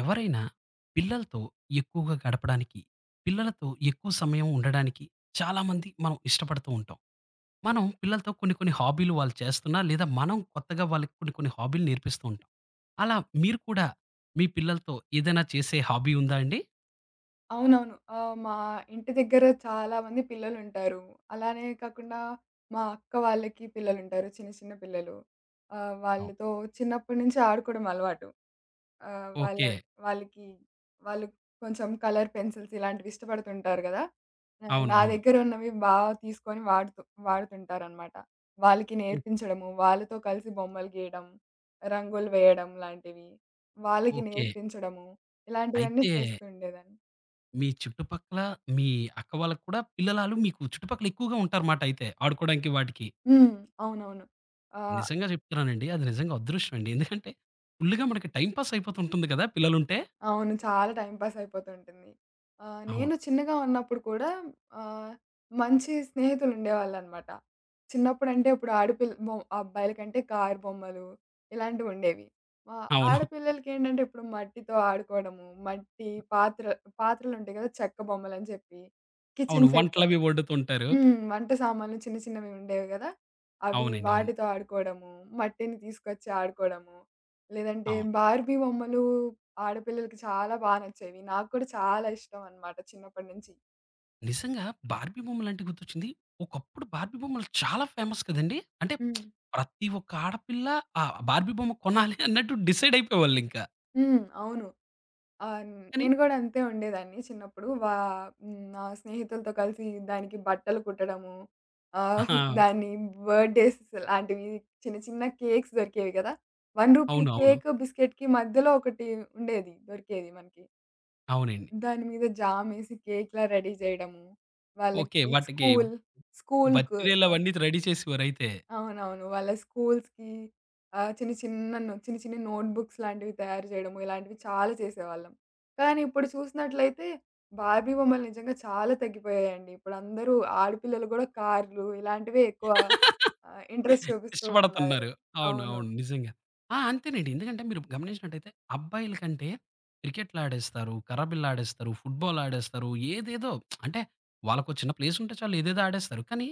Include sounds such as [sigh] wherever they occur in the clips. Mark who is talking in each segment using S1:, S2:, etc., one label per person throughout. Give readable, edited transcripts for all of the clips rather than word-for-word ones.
S1: ఎవరైనా పిల్లలతో ఎక్కువగా గడపడానికి, పిల్లలతో ఎక్కువ సమయం ఉండడానికి చాలామంది మనం ఇష్టపడుతూ ఉంటాం. మనం పిల్లలతో కొన్ని కొన్ని హాబీలు వాళ్ళు చేస్తున్నా లేదా మనం కొత్తగా వాళ్ళకి కొన్ని కొన్ని హాబీలు నేర్పిస్తూ ఉంటాం. అలా మీరు కూడా మీ పిల్లలతో ఏదైనా చేసే హాబీ ఉందా అండి?
S2: అవునవును. మా ఇంటి దగ్గర చాలా మంది పిల్లలుంటారు. అలానే కాకుండా మా అక్క వాళ్ళకి పిల్లలుంటారు. చిన్న చిన్న పిల్లలు.
S1: అవును.
S2: వాళ్ళతో చిన్నప్పటి నుంచి ఆడుకోవడం అలవాటు. ఆహ్, వాళ్ళ
S1: ఓకే.
S2: వాళ్ళకి వాళ్ళు కొంచెం కలర్ పెన్సిల్స్ ఇలాంటివి ఇష్టపడుతుంటారు గదా!
S1: అవును.
S2: నా
S1: అవును.
S2: దగ్గర ఉన్నవి బాగా తీసుకొని వాడుతుంటారనమాట. వాళ్ళకి
S1: ఓ
S2: నేర్పించడము, వాళ్ళతో కలిసి బొమ్మలు గీయడం, రంగులు వేయడం లాంటివి, వాళ్ళకి
S1: ఓకే.
S2: నేర్పించడము, ఇలాంటివన్నీ
S1: అయితే
S2: చేస్తూ ఉండేదాన్ని.
S1: మీ చుట్టుపక్కల మీ అక్క వాళ్ళకి కూడా పిల్లలాలు మీకు చుట్టుపక్కల ఎక్కువగా ఉంటారు మాట అయితే ఆడుకోవడానికి వాటికి.
S2: హ్మ్. అవునవును. ఆహ్,
S1: నిజంగా చెప్తున్నానండి. అది నిజంగా అదృష్టం అండి. ఎందుకంటే ఫుల్‌గా మనకి టైమ్ పాస్ అయిపోతుంటుంది కదా! పిల్లలుంటే.
S2: అవును. చాలా టైమ్ పాస్ అయిపోతుంటుంది.
S1: అవును.
S2: నేను చిన్నగా ఉన్నప్పుడు కూడా ఆహ్, మంచి స్నేహితులుండేవాళ్ళనమాట. చిన్నప్పుడంటే ఇప్పుడు ఆడపిల్ల బొ అబ్బాయిల కంటే కారు బొమ్మలు ఇలాంటివుండేవి.
S1: అవును.
S2: ఆడపిల్లలకేంటంటే ఇప్పుడు మట్టితో ఆడుకోవడము, మట్టి పాత్ర పాత్రలుంటాయి కదా! చెక్క బొమ్మలని చెప్పి,
S1: అవును.
S2: Kitchen set.
S1: వంటలవి వండుతుంటారు.
S2: హ్మ్. వంట సామాన్లు చిన్న చిన్నవి ఉండేవి గదా! అవి
S1: అవునండి. అవును.
S2: వాటితో ఆడుకోవడము, మట్టిని తీసుకొచ్చి ఆడుకోవడము, లేదంటే
S1: అవును.
S2: బార్బీ బొమ్మలు ఆడపిల్లలకి చాలా బా నచ్చేవి. నాకు కూడా చాలా ఇష్టం అన్నమాట చిన్నప్పటి నుంచి.
S1: నిజంగా బార్బీ బొమ్మలంటే గుర్తొచ్చింది. ఒకప్పుడు బార్బీ బొమ్మలు చాలా ఫేమస్ కదండీ! అంటే
S2: హ్మ్.
S1: ప్రతి ఒక్క ఆడపిల్ల ఆ బార్బీ బొమ్మ కొనాలి అన్నట్టు డిసైడ్ అయిపోయేవాళ్ళింక.
S2: హ్మ్. అవును. ఆహ్,
S1: కానీ
S2: నేను గూడా అంతే ఉండేదాన్ని చిన్నప్పుడు. హ్మ్. నా స్నేహితులతో కలిసి దానికి బట్టలు కుట్టడము, ఆహ్,
S1: ఆ!
S2: దాన్ని బర్త్‌డేస్ లాంటివి చిన్న చిన్న కేక్స్ దొరికేవి గదా! రూ. 1
S1: అవును. అవును.
S2: కేక్ బిస్కెట్‌కి మధ్యలో ఒకటి ఉండేది. దొరికేది మనకి.
S1: అవునండి.
S2: దాని మీద జామేసి కేక్‌లా రెడీ జేయడము.
S1: ఓకే.
S2: వాళ్ళకి
S1: వాటికి
S2: స్కూల్ స్కూల్‌కు.
S1: బర్త్
S2: ఆహ్,
S1: డే‌లవన్నీ రెడీ చేసేవారైతే.
S2: అవునవును. వాళ్ళ స్కూల్స్‌కి ఆహ్, చిన్న చిన్న నో చిన్న చిన్న నోట్ బుక్స్ లాంటివి తయారు జేయడము. ఇలాంటివి చాలా చేసేవాళ్ళం. కానీ ఇప్పుడు చూసినట్లయితే బార్బీ బొమ్మలు నిజంగా చాలా తగ్గిపోయాయండి. ఇప్పుడందరూ ఆడపిల్లలు గూడా కార్‌లు ఇలాంటివే ఎక్కువ ఇంట్రెస్ట్ చూపిస్తూ ఉన్నారు.
S1: ఇష్టపడుతున్నారు. అవును.
S2: అవును.
S1: అవును. నిజంగా. ఆ! అంతేనండి. ఎందుకంటే మీరు గమనించినట్టయితే అబ్బాయిల కంటే క్రికెట్‌లాడేస్తారు, కర్రబిల్లాడేస్తారు, ఫుట్‌బాలాడేస్తారు. ఏదేదో అంటే వాళ్ళకో చిన్న ప్లేసుంటే చాలు ఏదేదో ఆడేస్తారు. కానీ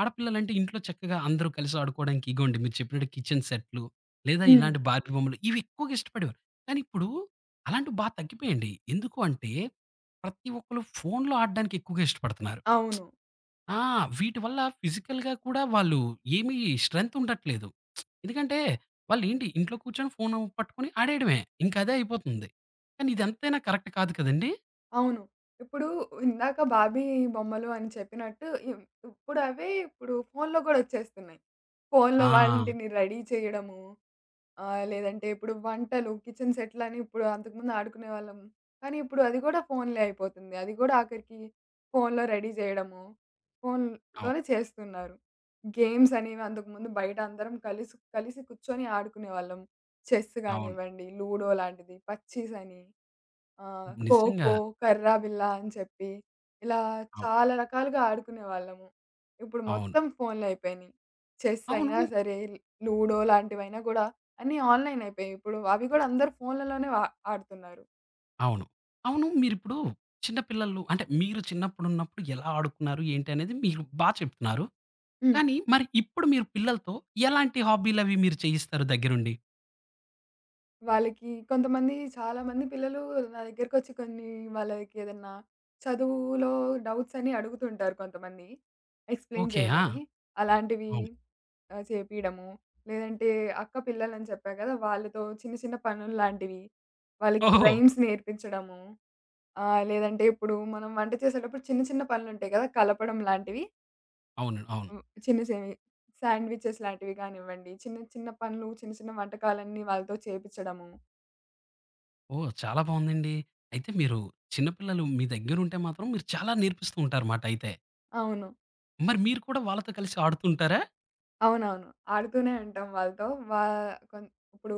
S1: ఆడపిల్లలంటే ఇంట్లో చక్కగా అందరూ కలిసి ఆడుకోవడానికి ఇగోండి మీరు చెప్పినట్టు కిచెన్ సెట్లు లేదా
S2: హ్మ్.
S1: ఇలాంటి బార్బీ బొమ్మలు ఇవి ఎక్కువగా ఇష్టపడేవారు. కానీ ఇప్పుడు అలాంటివి బా తగ్గిపోయాయండి. ఎందుకు అంటే ప్రతి ఒక్కళ్ళు ఫోనులో ఆడడానికి ఎక్కువగా ఇష్టపడుతున్నారు.
S2: అవును.
S1: ఆ! వీటి వల్ల ఫిజికల్‌గా కూడా వాళ్ళు ఏమి స్ట్రెంత్ ఉండట్లేదు. ఎందుకంటే వాళ్ళేంటి ఇంట్లో కూర్చొని ఫోను పట్టుకొని ఆడేయడమే. ఇంకా అదే అయిపోతుంది. కానీ ఇదంతైనా కరెక్ట్ కాదు కదండీ!
S2: అవును. ఇప్పుడు ఇందాక 'బార్బీ' బొమ్మలు అని చెప్పినట్టు ఇప్పుడు అవే ఇప్పుడు ఫోన్‌లో గూడా వచ్చేస్తున్నాయి. ఫోన్‌లో
S1: ఆ!
S2: వాటిని రెడీ చేయడము, లేదంటే ఇప్పుడు వంటలు కిచెన్ సెట్‌లని ఇప్పుడు అంతకుముందు ఆడుకునేవాళ్ళం. కానీ ఇప్పుడు అది గూడా ఫోన్‌లే అయిపోతుంది. అది గూడా ఆఖరికి ఫోన్‌లో రెడీ చేయడము,
S1: అవును.
S2: ఫోన్‌లోనే చేస్తున్నారు. గేమ్స్ అనేవి అంతకుముందు బయట అందరం కలిసి కలిసి కూర్చొని ఆడుకునేవాళ్ళం. చెస్
S1: అవును.
S2: గానివ్వండి, లూడో లాంటిది, పచ్చీసని. ఆ!
S1: నిజంగా.
S2: ఖోఖో, కర్రా బిల్ల అని చెప్పి ఇలా
S1: అవు
S2: చాలా రకాలుగా ఆడుకునేవాళ్ళము. ఇప్పుడు
S1: అవును.
S2: మొత్తం ఫోన్‌లయిపోయినియి. చెస్
S1: అవును.
S2: అయినా సరే, లూడో లాంటివైనా గూడా అన్నీ ఆన్‌లైన్ అయిపోయాయి. ఇప్పుడు అవి గూడా అందరూ ఫోన్‌లలోనే ఆడుతున్నారు.
S1: అవును. అవును. మీరిప్పుడు చిన్న పిల్లలు అంటే మీరు చిన్నప్పుడున్నప్పుడు ఎలా ఆడుకున్నారు? ఏంటి? అనేది మీరు బా చెప్తున్నారు.
S2: హ్మ్.
S1: కానీ మరి ఇప్పుడు మీరు పిల్లలతో ఎలాంటి హాబీలవి మీరు చేయిస్తారు దగ్గరుండి?
S2: వాళ్ళకి చాలా మంది పిల్లలు నా దగ్గరకొచ్చి కొన్ని వాళ్ళకి ఏదన్నా చదువులో డౌట్స్ అని అడుగుతుంటారు కొంతమంది ఎక్స్‌ప్లెయిన్
S1: ఓకే. ఆ!
S2: జేయమని. అలాంటివి
S1: అవును.
S2: ఆ! చేపియడము. లేదంటే అక్క పిల్లలని చెప్పా కదా! వాళ్ళతో చిన్న చిన్న పనుల్లాంటివి. వాళ్ళకి
S1: ఓహో!
S2: రైమ్స్ నేర్పించడము. లేదంటే ఇప్పుడు మనం వంట చేసేటప్పుడు చిన్న చిన్న పనులుంటాయి కదా! కలపడం లాంటివి.
S1: అవును. అవును.
S2: హ్మ్. చిన్న చిన్నవి శాండ్‌విచెస్ లాంటివి కానివ్వండి. చిన్న చిన్న పనులు, చిన్న చిన్న వంటకాలన్నీ వాళ్ళతో చేపిచ్చడము.
S1: ఓహ్! చాలా బావుందండి. అయితే మీరు చిన్న పిల్లలు మీ దగ్గరుంటే మాత్రం మీరు చాలా నేర్పిస్తూ ఉంటారుమాట అయితే.
S2: అవును.
S1: మరి మీరు కూడా వాళ్ళతో కలిసి ఆడుతుంటారా?
S2: అవునవును. ఆడుతూనే ఉంటాం వాళ్ళతో. వా కొన్ ఇప్పుడు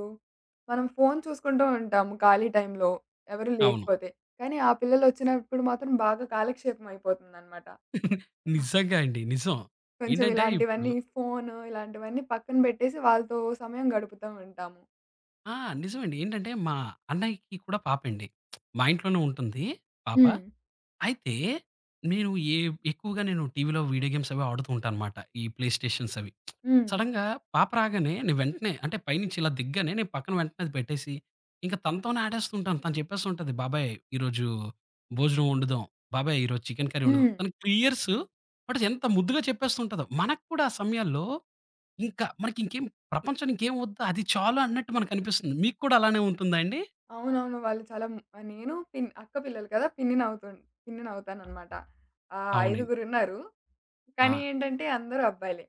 S2: మనం ఫోన్ చూసుకుంటూ ఉంటాము ఖాళీ టైంలో ఎవరు
S1: అవును.
S2: లేకపోతే. కానీ ఆ పిల్లలొచ్చినప్పుడు మాత్రం బాగా కాలక్షేపం అయిపోతుందనమాట. ఆ!
S1: నిజంగా అండి. నిజం.
S2: కొంచెం
S1: ఏంటంటే ఇప్పుడు
S2: ఇలాంటివన్నీ ఫోను ఇలాంటివన్నీ పక్కన బెట్టేసి వాళ్ళతో సమయం గడుపుతా ఉంటాము.
S1: ఆ! నిజమండి. ఏంటంటే మా అన్నయ్యకి కూడా పాపండి. మా ఇంట్లోనే ఉంటుంది పాప.
S2: హ్మ్.
S1: అయితే నేను ఏ ఎక్కువగా నేను టీవీలో వీడియో గేమ్స్ అవి ఆడుతూ ఉంటానన్నమాట. ఈ ప్లే స్టేషన్స్ అవి.
S2: హ్మ్.
S1: సడెన్‌గా పాప రాగానే నేను వెంటనే అంటే పైనుంచి ఇలా దిగ్గానే నేను పక్కన వెంటనే అది పెట్టేసి, ఇంకా తనతోనే ఆడేస్తుంటాను. తను చెప్పేస్తూ ఉంటది, "బాబాయ్ ఈరోజు భోజనం వండుదాం. బాబాయ్ ఈరోజు చికెన్ కర్రీ వండుదాం."
S2: హ్మ్.
S1: తనకి 3 ఇయర్స్ బట్ ఎంత ముద్దుగా చెప్పేస్తూ ఉంటదో. మనకు కూడా ఆ సమయాల్లో ఇంకా మనకి ఇంకేం ప్రపంచం ఇంకేం వద్దు అది చాలు అన్నట్టు మనకనిపిస్తుంది. మీకు కూడా అలానే ఉంటుందా అండి?
S2: అవునవును. వాళ్ళు చాలా మ్ నేను పిన్ అక్క పిల్లలు కదా! పిన్ని నవ్వుతున్ పిన్ని నవ్వుతాననమాట. ఆ
S1: అవునండి.
S2: ఐదుగురున్నారు.
S1: ఆ!
S2: కానీ ఏంటంటే అందరూ అబ్బాయిలే.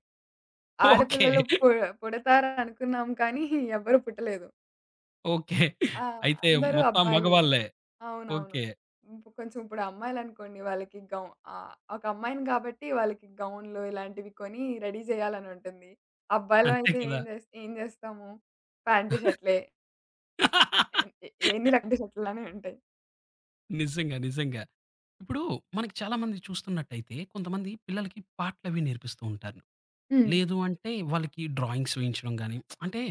S1: ఓకే.
S2: ఆడపిల్లలు పు పుడతారనుకున్నాం కానీ ఎవ్వరు పుట్టలేదు.
S1: ఓకే.
S2: ఆ!
S1: అయితే
S2: అందరూ
S1: మొత్తం
S2: అబ్బాయిలే.
S1: మగవాళ్ళే.
S2: అవునవును.
S1: ఓకే.
S2: ఇంక కొంచెం ఇప్పుడు అమ్మాయిలనుకోండి వాళ్ళకి గౌ ఒక అమ్మాయిని కాబట్టి వాళ్ళకి గౌన్‌లు ఇలాంటివి కొని రెడీ జేయాలని ఉంటుంది.
S1: అంతే
S2: అబ్బాయిలమైతే
S1: కదా!
S2: ఏం జేస్తాము? ప్యాంటీ షర్ట్‌లే ఎన్ ఎన్ని రకాల షర్ట్‌లనే ఉంటాయి.
S1: నిజంగా. నిజంగా. ఇప్పుడు మనకి చాలా మంది చూస్తున్నట్టయితే కొంతమంది పిల్లలకి పాటలవి నేర్పిస్తూ ఉంటారు.
S2: హ్మ్.
S1: లేదు అంటే వాళ్ళకి డ్రాయింగ్స్ వేయించడం గాని, అంటే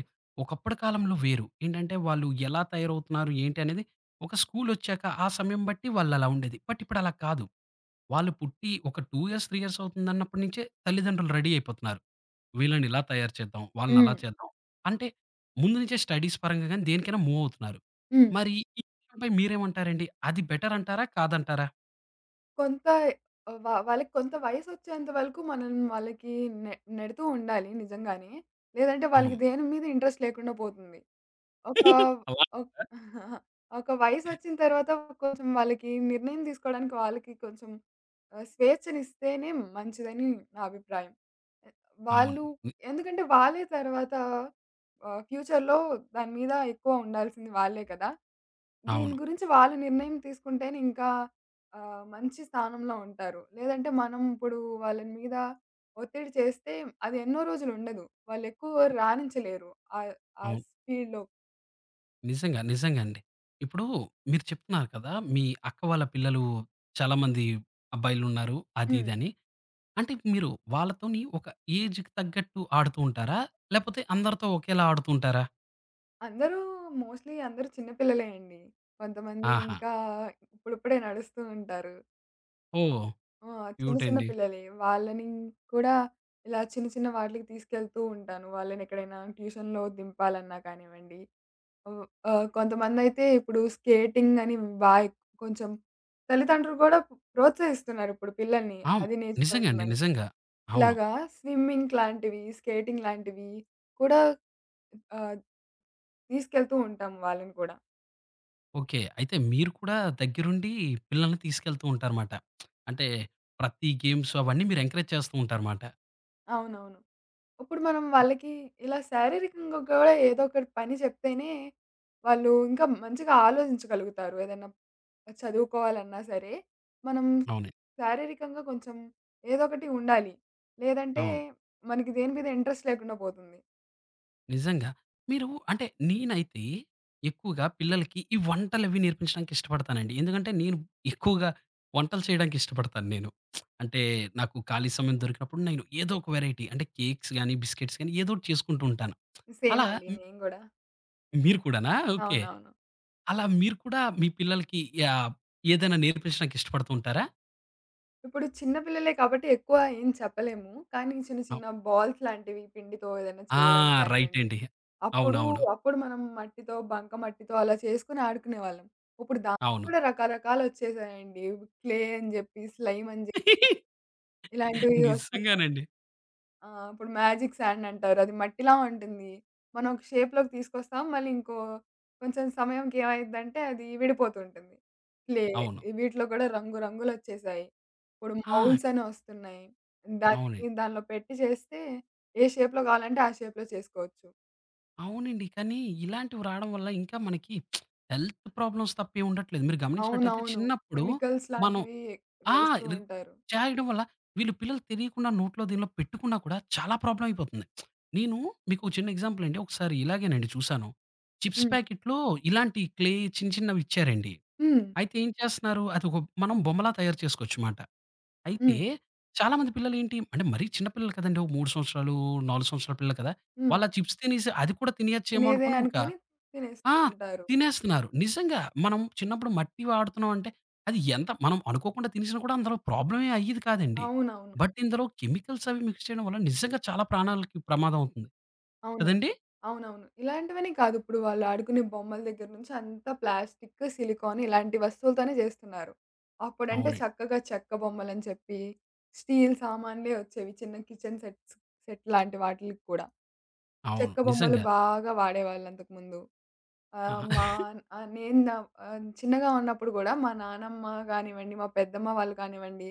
S1: ఒకప్పటి కాలంలో వేరు. ఏంటంటే వాళ్ళు ఎలా తయారవుతున్నారు ఏంటి అనేది ఒక స్కూలొచ్చాక ఆ సమయం బట్టి వాళ్ళలా ఉండేది. బట్ ఇప్పుడలా కాదు. వాళ్ళు పుట్టి ఒక 2 ఇయర్స్, 3 ఇయర్స్ అవుతుందన్నప్పటి నుంచే తల్లిదండ్రులు రెడీ అయిపోతున్నారు. వీళ్ళని ఇలా తయారు చేద్దాం, వాళ్ళని అలా
S2: హ్మ్.
S1: చేద్దాం. అంటే ముందు నుంచే స్టడీస్ పరంగా గాని దేనికైనా మూవ్ అవుతున్నారు.
S2: హ్మ్.
S1: మరి ఈ విషయంపై మీరేమంటారండి? అది బెటర్ అంటారా? కాదంటారా?
S2: కొంత ఆహ్, వా వాళ్ళకి కొంత వయసొచ్చేంత వరకు మనం వాళ్ళకి నె నెడుతూ ఉండాలి నిజంగానే. లేదంటే వాళ్ళకి
S1: అవును.
S2: దేని మీద ఇంట్రెస్ట్ లేకుండా పోతుంది. ఒక
S1: అలా
S2: ఒక్ [laughs] ఒక వయసొచ్చిన తర్వాత కొంచెం వాళ్ళకి నిర్ణయం తీసుకోవడానికి వాళ్ళకి కొంచెం స్వేచ్ఛనిస్తేనే మంచిదని నా అభిప్రాయం. ఆహ్, వాళ్ళు
S1: అవునండి.
S2: ఎందుకంటే వాళ్ళే తర్వాత ఫ్యూచర్‌లో దాని మీద ఎక్కువ ఉండాల్సింది వాళ్ళే కదా! దీని
S1: అవును.
S2: గురించి వాళ్ళు నిర్ణయం తీసుకుంటేనే ఇంకా మంచి స్థానంలో ఉంటారు. లేదంటే మనం ఇప్పుడు వాళ్ళ మీద ఒత్తిడి చేస్తే అది ఎన్నో రోజులుండదు. వాళ్ళెక్కువ రాణించలేరు. ఆహ్, ఆ
S1: అవును.
S2: స్పీడ్‌లో.
S1: నిజంగా. నిజంగా అండి. ఇప్పుడు మీరు చెప్తున్నారు కదా! మీ అక్క వాళ్ళ పిల్లలు చాలా మంది అబ్బాయిలున్నారు అది,
S2: హ్మ్.
S1: ఇది అని. అంటే మీరు వాళ్ళతోని ఒక ఏజ్‌కి తగ్గట్టు ఆడుతూ ఉంటారా? లేపోతే అందరితో ఒకేలా ఆడుతూ ఉంటారా?
S2: అందరూ మోస్ట్‌లీ అందరూ చిన్న పిల్లలే అండి. కొంతమంది
S1: ఆహా!
S2: ఇంకా ఇప్పుడిప్పుడే నడుస్తూ ఉంటారు.
S1: ఓహ్!
S2: ఆ! చిన్న
S1: క్యూట్
S2: చిన్న
S1: అండి.
S2: పిల్లలే. వాళ్ళని కూడా ఇలా చిన్న చిన్న వాటిలకి తీసుకెళ్తూ ఉంటాను. వాళ్ళనెక్కడైనా ట్యూషన్‌లో దింపాలన్నా కానివ్వండి, హ్మ్, కొంతమందైతే ఇప్పుడు స్కేటింగ్ అని బా ఎక్ కొంచెం తల్లిదండ్రులు కూడా ప్రోత్సహిస్తున్నారు ఇప్పుడు పిల్లల్ని.
S1: ఆ!
S2: అది
S1: నిజంగా అండి.
S2: నేర్చుకోమని.
S1: నిజంగా. అవును.
S2: ఇలాగా స్విమ్మింగ్ లాంటివి, స్కేటింగ్ లాంటివి కూడా ఆహ్, తీసుకెళ్తూ ఉంటాము వాళ్ళని కూడా.
S1: ఓకే. అయితే మీరు కూడా దగ్గరుండి పిల్లల్ని తీసుకెళ్తూ ఉంటారన్నమాట. అంటే ప్రతి గేమ్స్ అవన్నీ మీరు ఎంకరేజ్ చేస్తూ ఉంటారన్నమాట.
S2: అవునవును. ఇప్పుడు మనం వాళ్ళకి ఇలా శారీరకంగా కూడా ఏదో ఒకటి పని చెప్తేనే, వాళ్ళు ఇంకా మంచిగా ఆలోచించగలుగుతారు. ఏదైనా చదువుకోవాలన్నా సరే, మనం
S1: అవును.
S2: శారీరకంగా కొంచెం ఏదో ఒకటి ఉండాలి. లేదంటే
S1: అవును.
S2: మనకి దేని మీద ఇంట్రెస్ట్ లేకుండా పోతుంది.
S1: నిజంగా. మీరు అంటే నేనైతే ఎక్కువగా పిల్లలకి ఈ వంటలవి నేర్పించడానికి ఇష్టపడతానండి. ఎందుకంటే నేను ఎక్కువగా వంటలు చేయడానికి ఇష్టపడతాను నేను. అంటే నాకు ఖాళీ సమయం దొరికినప్పుడు నేను ఏదో ఒక వేరైటీ అంటే కేక్స్ గాని, బిస్కెట్స్ గాని ఏదో ఒకటి చేసుకుంటూ ఉంటాను.
S2: సేమ్
S1: అలా
S2: అండి
S1: మ్
S2: నేను గూడా.
S1: మీరు కూడానా? ఓకే.
S2: అవునవును.
S1: అలా మీరు కూడా మీ పిల్లలకి యాహ్! ఏదైనా నేర్పించడానికి ఇష్టపడుతూ ఉంటారా?
S2: ఇప్పుడు చిన్న పిల్లలే కాబట్టి ఎక్కువ ఏం చెప్పలేము. కానీ చిన్న
S1: అవ్
S2: చిన్న బాల్స్ లాంటివి పిండితో ఏదైనా
S1: ఆ!
S2: చేయడం
S1: రైట్
S2: కానివ్వండి.
S1: అండి.
S2: అప్పుడు,
S1: అవునవును.
S2: అప్పుడు మనం మట్టితో, బంకమట్టితో అలా చేసుకొని ఆడుకునేవాళ్ళం. ఇప్పుడు దానికి
S1: అవును.
S2: కూడా రకరకాలొచ్చేసాయండి. క్లే అని జెప్పి, స్లైమ్ అని జెప్పి
S1: [laughs]
S2: ఇలాంటివి వస్తున్నాయి.
S1: నిజంగానండి.
S2: ఆ! ఇప్పుడు మ్యాజిక్ సాండ్ అంటారు. అది మట్టిలా ఉంటుంది. మనం ఒక షేప్‌లోకి తీసుకొస్తాం. మళ్ళీ ఇంకో కొంచెం సమయంకి ఏమైద్దంటే అది విడిపోతుంటుంది. క్లే
S1: అవును.
S2: వీటిలో కూడా రంగు రంగులొచ్చేసాయి. ఇప్పుడు
S1: ఆ!
S2: మౌల్డ్స్ అని వస్తున్నాయి. దాన్ని
S1: అవునండి.
S2: దానిలో పెట్టి చేస్తే ఏ షేప్‌లో కావాలంటే ఆ షేప్‌లో చేసుకోవచ్చు.
S1: అవునండి. కానీ ఇలాంటివి రాడం వల్ల ఇంకా మనకి హెల్త్ ప్రాబ్లమ్స్ తప్ప ఏం ఉండట్లేదు. మీరు గమనించినట్టయితే
S2: అవునవును.
S1: చిన్నప్పుడు
S2: కెమికల్స్
S1: మనం
S2: లాంటివి
S1: ఆ!
S2: వేస్తూ
S1: రి
S2: ఉంటారు.
S1: చేయడం వల్ల వీళ్ళు పిల్లలు తెలియకుండా నోట్లో దీనిలో పెట్టుకున్నా కూడా చాలా ప్రాబ్లమ్ అయిపోతుంది. నేను మీకు ఒక చిన్న ఎగ్జాంపుల్ అండి. ఒకసారి ఇలాగేనండి చూసాను. చిప్స్
S2: హ్మ్.
S1: ప్యాకెట్‌లో ఇలాంటి క్లే చిన్న చిన్నవి ఇచ్చారండి.
S2: హ్మ్.
S1: అయితే ఏం చేస్తున్నారు? అది ఒక మనం బొమ్మలా తయారు చేసుకోవచ్చుమాట. అయితే
S2: హ్మ్.
S1: చాలామంది పిల్లలేంటి అంటే మరీ చిన్న పిల్లలు కదండీ! ఓ 3 సంవత్సరాలు, 4 సంవత్సరాల పిల్లలు కదా!
S2: హ్మ్.
S1: వాళ్ళా చిప్స్ తినేసి అది కూడా తినేయచ్చేమో
S2: తినేదే
S1: అనుకోని ఒక
S2: అనుకోని
S1: ఆ!
S2: తినేస్తూ ఉంటారు.
S1: తినేస్తున్నారు. నిజంగా మనం చిన్నప్పుడు మట్టివి ఆడుతున్నాం అంటే అది ఎంత మనం అనుకోకుండా తినేసినా కూడా అందులో ప్రాబ్లమ్ ఏం అయ్యేది కాదండి.
S2: అవునవును.
S1: బట్ ఇందులో కెమికల్స్ అవి మిక్స్ చేయడం వల్ల నిజంగా చాలా ప్రాణాలకి ప్రమాదం అవుతుంది.
S2: అవును.
S1: కదండీ!
S2: అవునవును. ఇలాంటివనే కాదు ఇప్పుడు వాళ్ళు ఆడుకునే బొమ్మల దగ్గర నుంచి అంతా ప్లాస్టిక్, సిలికాన్ ఇలాంటి వస్తువులతోనే చేస్తున్నారు. అప్పుడంటే
S1: అవునండి.
S2: చక్కగా చెక్క బొమ్మలని చెప్పి, స్టీల్ సామాన్లే వచ్చేవి చిన్న కిచెన్ సెట్ లాంటి వాటిలికి కూడా.
S1: అవును.
S2: చెక్క బొమ్మలు
S1: నిజంగా.
S2: బాగా వాడేవాళ్ళు అంతకుముందు.
S1: ఆ!
S2: ఆహ్, మా ఆహ్, నేను నా ఆహ్, చిన్నగా ఉన్నప్పుడు గూడా మా నానమ్మ గానివ్వండి, మా పెద్దమ్మ వాళ్ళు కానివ్వండి,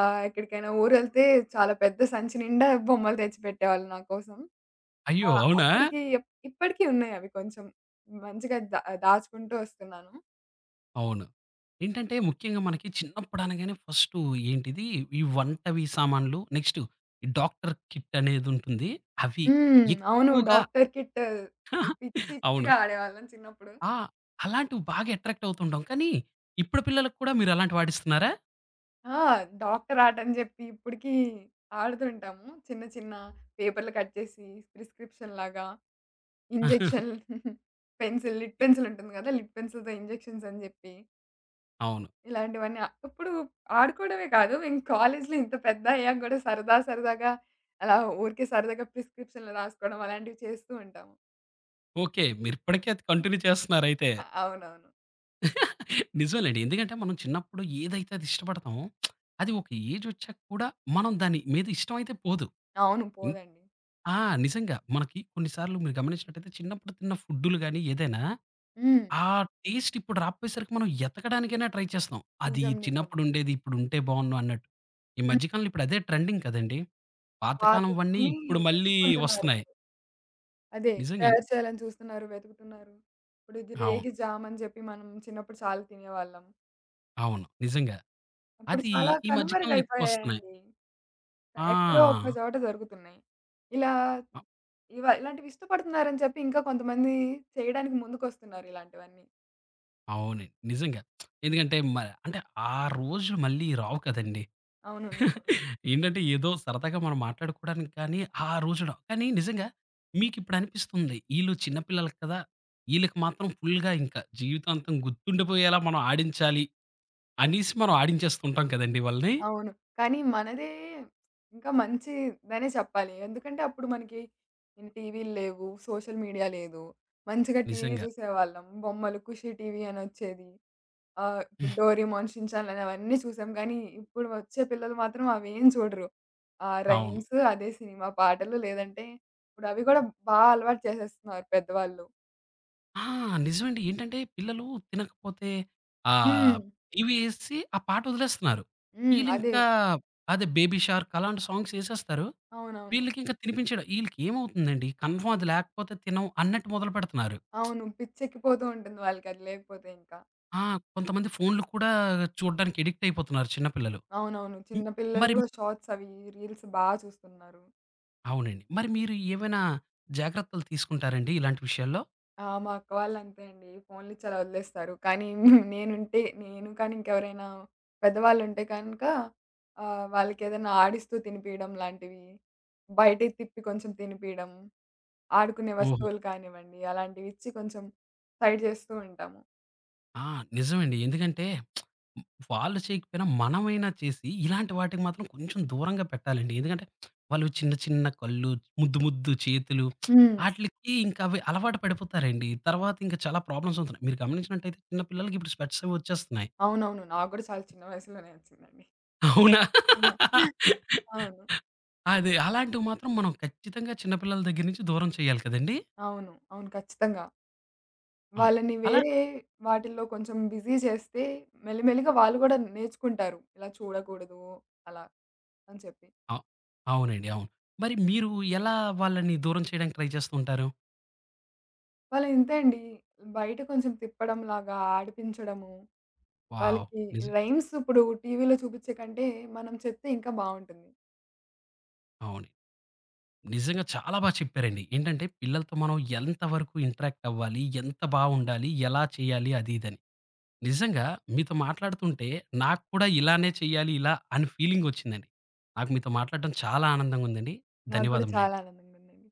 S2: ఎక్కడికైనా ఊరెళ్తే చాలా పెద్ద సంచి నిండా బొమ్మలు తెచ్చిపెట్టేవాళ్ళు నా కోసం.
S1: అయ్యో!
S2: ఆ!
S1: అవునా?
S2: అప్పటికి ఎప్ ఇప్పటికి ఉన్నాయవి కొంచెం. మంచిగా దాచుకుంటూ వస్తున్నాను.
S1: అవును. ఏంటంటే ముఖ్యంగా మనకి చిన్నప్పుడు అనగానే ఫస్టు ఏంటిది ఈ వంటవి సామాన్లు, నెక్స్ట్ ఈ డాక్టర్ కిట్ అనేదుంటుంది. అవి
S2: హ్మ్. అవును.
S1: ఎక్కువగా
S2: డాక్టర్ కిట్
S1: [laughs]
S2: పిచ్చి
S1: అవును.
S2: పిచ్చిగా ఆడేవాళ్ళం చిన్నప్పుడు.
S1: ఆ! అలాంటివి బాగా అట్రాక్ట్ అవుతుంటాం. కానీ ఇప్పుడు పిల్లలకి కూడా మీరు అలాంటివి వాడిస్తున్నారా?
S2: ఆ! డాక్టర్ ఆర్ట్ అని జెప్పి ఇప్పటికి ఆడుతుంటాము. చిన్న చిన్న పేపర్లు కట్ చేసి ప్రిస్క్రిప్షన్‌లాగా ఇంజెక్షన్
S1: [laughs]
S2: [laughs] పెన్సిల్ ఉంటుంది గదా! లిడ్ పెన్సిల్‌తో ఇంజెక్షన్స్ అని జెప్పి
S1: అవును.
S2: ఇలాంటివన్నీ ఇప్పుడు ఆడుకోవడమే కాదు మేము కాలేజ్‌లో ఇంత పెద్ద అయ్యాక గూడా సరదా సరదాగా అలా ఊరికే సరదాగా ప్రిస్క్రిప్షన్‌లు రాసుకోవడం అలాంటివి చేస్తూ ఉంటాము.
S1: ఓకే. మీరు ఇప్పటికే అది కంటిన్యూ చేస్తున్నారయితే.
S2: అవునవును.
S1: [laughs] నిజమేనండి. ఎందుకంటే మనం చిన్నప్పుడు ఏదైతే అది ఇష్టపడతామో, అది ఒక ఏజొచ్చాక కూడా మనం దాని మీద ఇష్టం అయితే పోదు.
S2: అవును. పోదండి.
S1: ఆ! నిజంగా. మనకి కొన్ని సార్లు మీరు గమనించినట్టయితే చిన్నప్పుడు తిన్న ఫుడ్డులు గాని ఏదైనా,
S2: హ్మ్.
S1: ఆ టేస్ట్ ఇప్పుడు రాపోయేసరికి మనం ఎతకడానికైనా ట్రై చేస్తాం. అది
S2: నిజం. నిజం.
S1: చిన్నప్పుడుండేది ఇప్పుడుంటే బావున్ను అన్నట్టు. ఈ
S2: హ్మ్.
S1: మధ్య కాలంలో ఇప్పుడు అదే ట్రెండింగ్ కదండీ! పాతకాలంవన్నీ
S2: వాటివన్నీ
S1: ఇప్పుడు మళ్ళీ
S2: వెతుక్కుంటున్నారు.
S1: వస్తున్నాయి.
S2: అదే.
S1: నిజంగానే.
S2: తయారు చేయాలని చూస్తున్నారు, వెతుకుతున్నారు. ఇప్పుడు ఇది
S1: అవును.
S2: రేగి జామ్ అని జెప్పి మనం చిన్నప్పుడు చాలా తినేవాళ్ళం.
S1: అవును. నిజంగా.
S2: అప్పుడు
S1: అది
S2: చాలా
S1: ఈ మధ్య కాలంలో ఎక్కువొస్తున్నాయి.
S2: కనుమరుగైపోయాయండి. ఎక్కడో ఒక
S1: ఆ!
S2: చోట దొరుకుతున్నాయి. ఇలా
S1: అ
S2: ఇలాంటివి ఇష్టపడుతున్నారని చెప్పి ఇంకా కొంతమంది చేయడానికి ముందుకొస్తున్నారు ఇలాంటివన్నీ.
S1: అవునండి. నిజంగా. ఎందుకంటే అంటే ఆ రోజులు మళ్ళీ రావు కదండీ!
S2: అవును. నిజం.
S1: ఏంటంటే ఏదో సరదాగా మనం మాట్లాడుకోవడానికి కానీ, ఆ రోజున కానీ నిజంగా మీకిప్పుడు అనిపిస్తుంది ఈళ్ళు చిన్న పిల్లలు కదా! ఈళ్ళకి మాత్రం ఫుల్‌గా ఇంకా జీవితాంతం గుర్తుండిపోయేలా మనం ఆడించాలి అనేసి మనం ఆడించేస్తుంటాం కదండీ వాళ్ళని.
S2: అవును. కానీ మనదే ఇంకా మంచిదనే చెప్పాలి. ఎందుకంటే అప్పుడు మనకి ఇన్ని టీవీలు లేవు, సోషల్ మీడియా లేదు. మంచిగా టీవీ
S1: నిజంగా.
S2: చూసేవాళ్ళం. బొమ్మలు, ఖుషి టీవీ అనొచ్చేది. ఆ! ఇప్పుడు
S1: హ్మ్.
S2: 'డోరేమోన్', 'షిన్ చాన్' లని అవన్నీ చూసాం. కానీ ఇప్పుడు వచ్చే పిల్లలు మాత్రం అవేం చూడరు. ఆ
S1: అవును.
S2: రైమ్స్, అదే సినిమా పాటలు లేదంటే ఇప్పుడు అవి కూడా బా అలవాటు చేసేస్తున్నారు పెద్దవాళ్ళు.
S1: ఆ! నిజమండి. ఏంటంటే పిల్లలు తినకపోతే
S2: హ్మ్.
S1: ఆహ్, టీవీ ఏసి ఆ పాట వదిలేస్తున్నారు.
S2: హ్మ్. అదే.
S1: ఈళ్ళింకా అదే 'బేబీ షార్క్' అలాంటి సాంగ్స్ ఏసేస్తారు.
S2: అవునవును.
S1: వీళ్ళకింకా తినిపించడం ఈళ్ళకి ఏమవుతుందండి కన్ఫర్మ్ అది లేకపోతే తినం అన్నట్టు మొదలుపెడుతున్నారు.
S2: అవును. పిచ్చెక్కిపోతూ ఉంటుంది వాళ్ళకది లేకపోతే ఇంకా.
S1: ఆ! కొంతమంది ఫోన్లు కూడా చూడ్డానికి ఎడిక్ట్ అయిపోతున్నారు చిన్న
S2: హ్మ్.
S1: పిల్లలు.
S2: అవునవును.
S1: హ్మ్.
S2: చిన్న పిల్లలు
S1: మరి
S2: కూడా షార్ట్స్ అవి, రీల్స్ బా చూస్తున్నారు.
S1: అవునండి. మరి మీరు ఏమైనా జాగ్రత్తలు తీసుకుంటారండి ఇలాంటి విషయాల్లో?
S2: ఆ! మా అక్క వాళ్ళంతే అండి. ఫోన్లిచ్చి అలా వదిలేస్తారు. కానీ నేనుంటే కానీ ఇంకెవరైనా పెద్దవాళ్ళుంటే కనుక వాళ్ళకేదైనా ఆడిస్తూ తినిపియడం లాంటివి, బయటికి తిప్పి కొంచెం తినిపియడం, ఆడుకునే
S1: ఓహో!
S2: వస్తువులు కానివ్వండి, అలాంటివిచ్చి కొంచెం సైడ్ చేస్తూ ఉంటాము.
S1: ఆ! నిజమండి. ఎందుకంటే వాళ్ళు చేయకపోయినా మనమైనా చేసి ఇలాంటి వాటికి మాత్రం కొంచెం దూరంగా పెట్టాలండి. ఎందుకంటే వాళ్ళు చిన్న చిన్న కళ్ళు, ముద్దు ముద్దు చేతులు
S2: హ్మ్.
S1: ఆటిలకి ఇంకా అవి అలవాటు పడిపోతారండి. తర్వాత ఇంకా చాలా ప్రాబ్లమ్స్ అవుతున్నాయి. మీరు గమనించినట్టయితే చిన్న పిల్లలకి ఇప్పుడు స్పెట్స్ అవి వచ్చేస్తున్నాయి.
S2: అవునవును. నాకు గూడా చాలా చిన్న వయసులోనే ఒచ్చిందండి.
S1: అవునా?
S2: అవును. అవును.
S1: అది. అలాంటివి మాత్రం మనం ఖచ్చితంగా చిన్న పిల్లల దగ్గర నుంచి దూరం చేయాలి కదండీ!
S2: అవును. అవును. ఖచ్చితంగా.
S1: అవును.
S2: వాళ్ళని
S1: అలా
S2: వేరే వాటిల్లో కొంచెం బిజీ చేస్తే మెల్లిమెల్లిగా వాళ్ళు కూడా నేర్చుకుంటారు. ఇలా చూడకూడదు అలా అని చెప్పి.
S1: అవ్ అవునండి. అవును. మరి మీరు ఎలా వాళ్ళని దూరం చేయడానికి ట్రై చేస్తూ ఉంటారు?
S2: వాళ్ళు ఇంతే అండి. బయట కొంచెం తిప్పడంలాగా, ఆడిపించడము,
S1: వావ్!
S2: వాళ్ళకి
S1: నిజం
S2: రైమ్స్ ఇప్పుడు టీవీలో చూపించే కంటే మనం చెప్తే ఇంకా బావుంటుంది.
S1: అవును. నిజంగా చాలా బా చెప్పారండి. ఏంటంటే పిల్లలతో మనం ఎంత వరకు ఇంటరాక్ట్ అవ్వాలి? ఎంత బావుండాలి? ఎలా చేయాలి? అది ఇదని. నిజంగా మీతో మాట్లాడుతుంటే నాకు కూడా ఇలానే చేయాలి ఇలా అని ఫీలింగొచ్చిందండి. నాకు మీతో మాట్లాడడం చాలా ఆనందంగా ఉందండి.
S2: నాకు కూడా చాలా
S1: ధన్యవాదములండి.
S2: ఆనందంగా ఉందండి.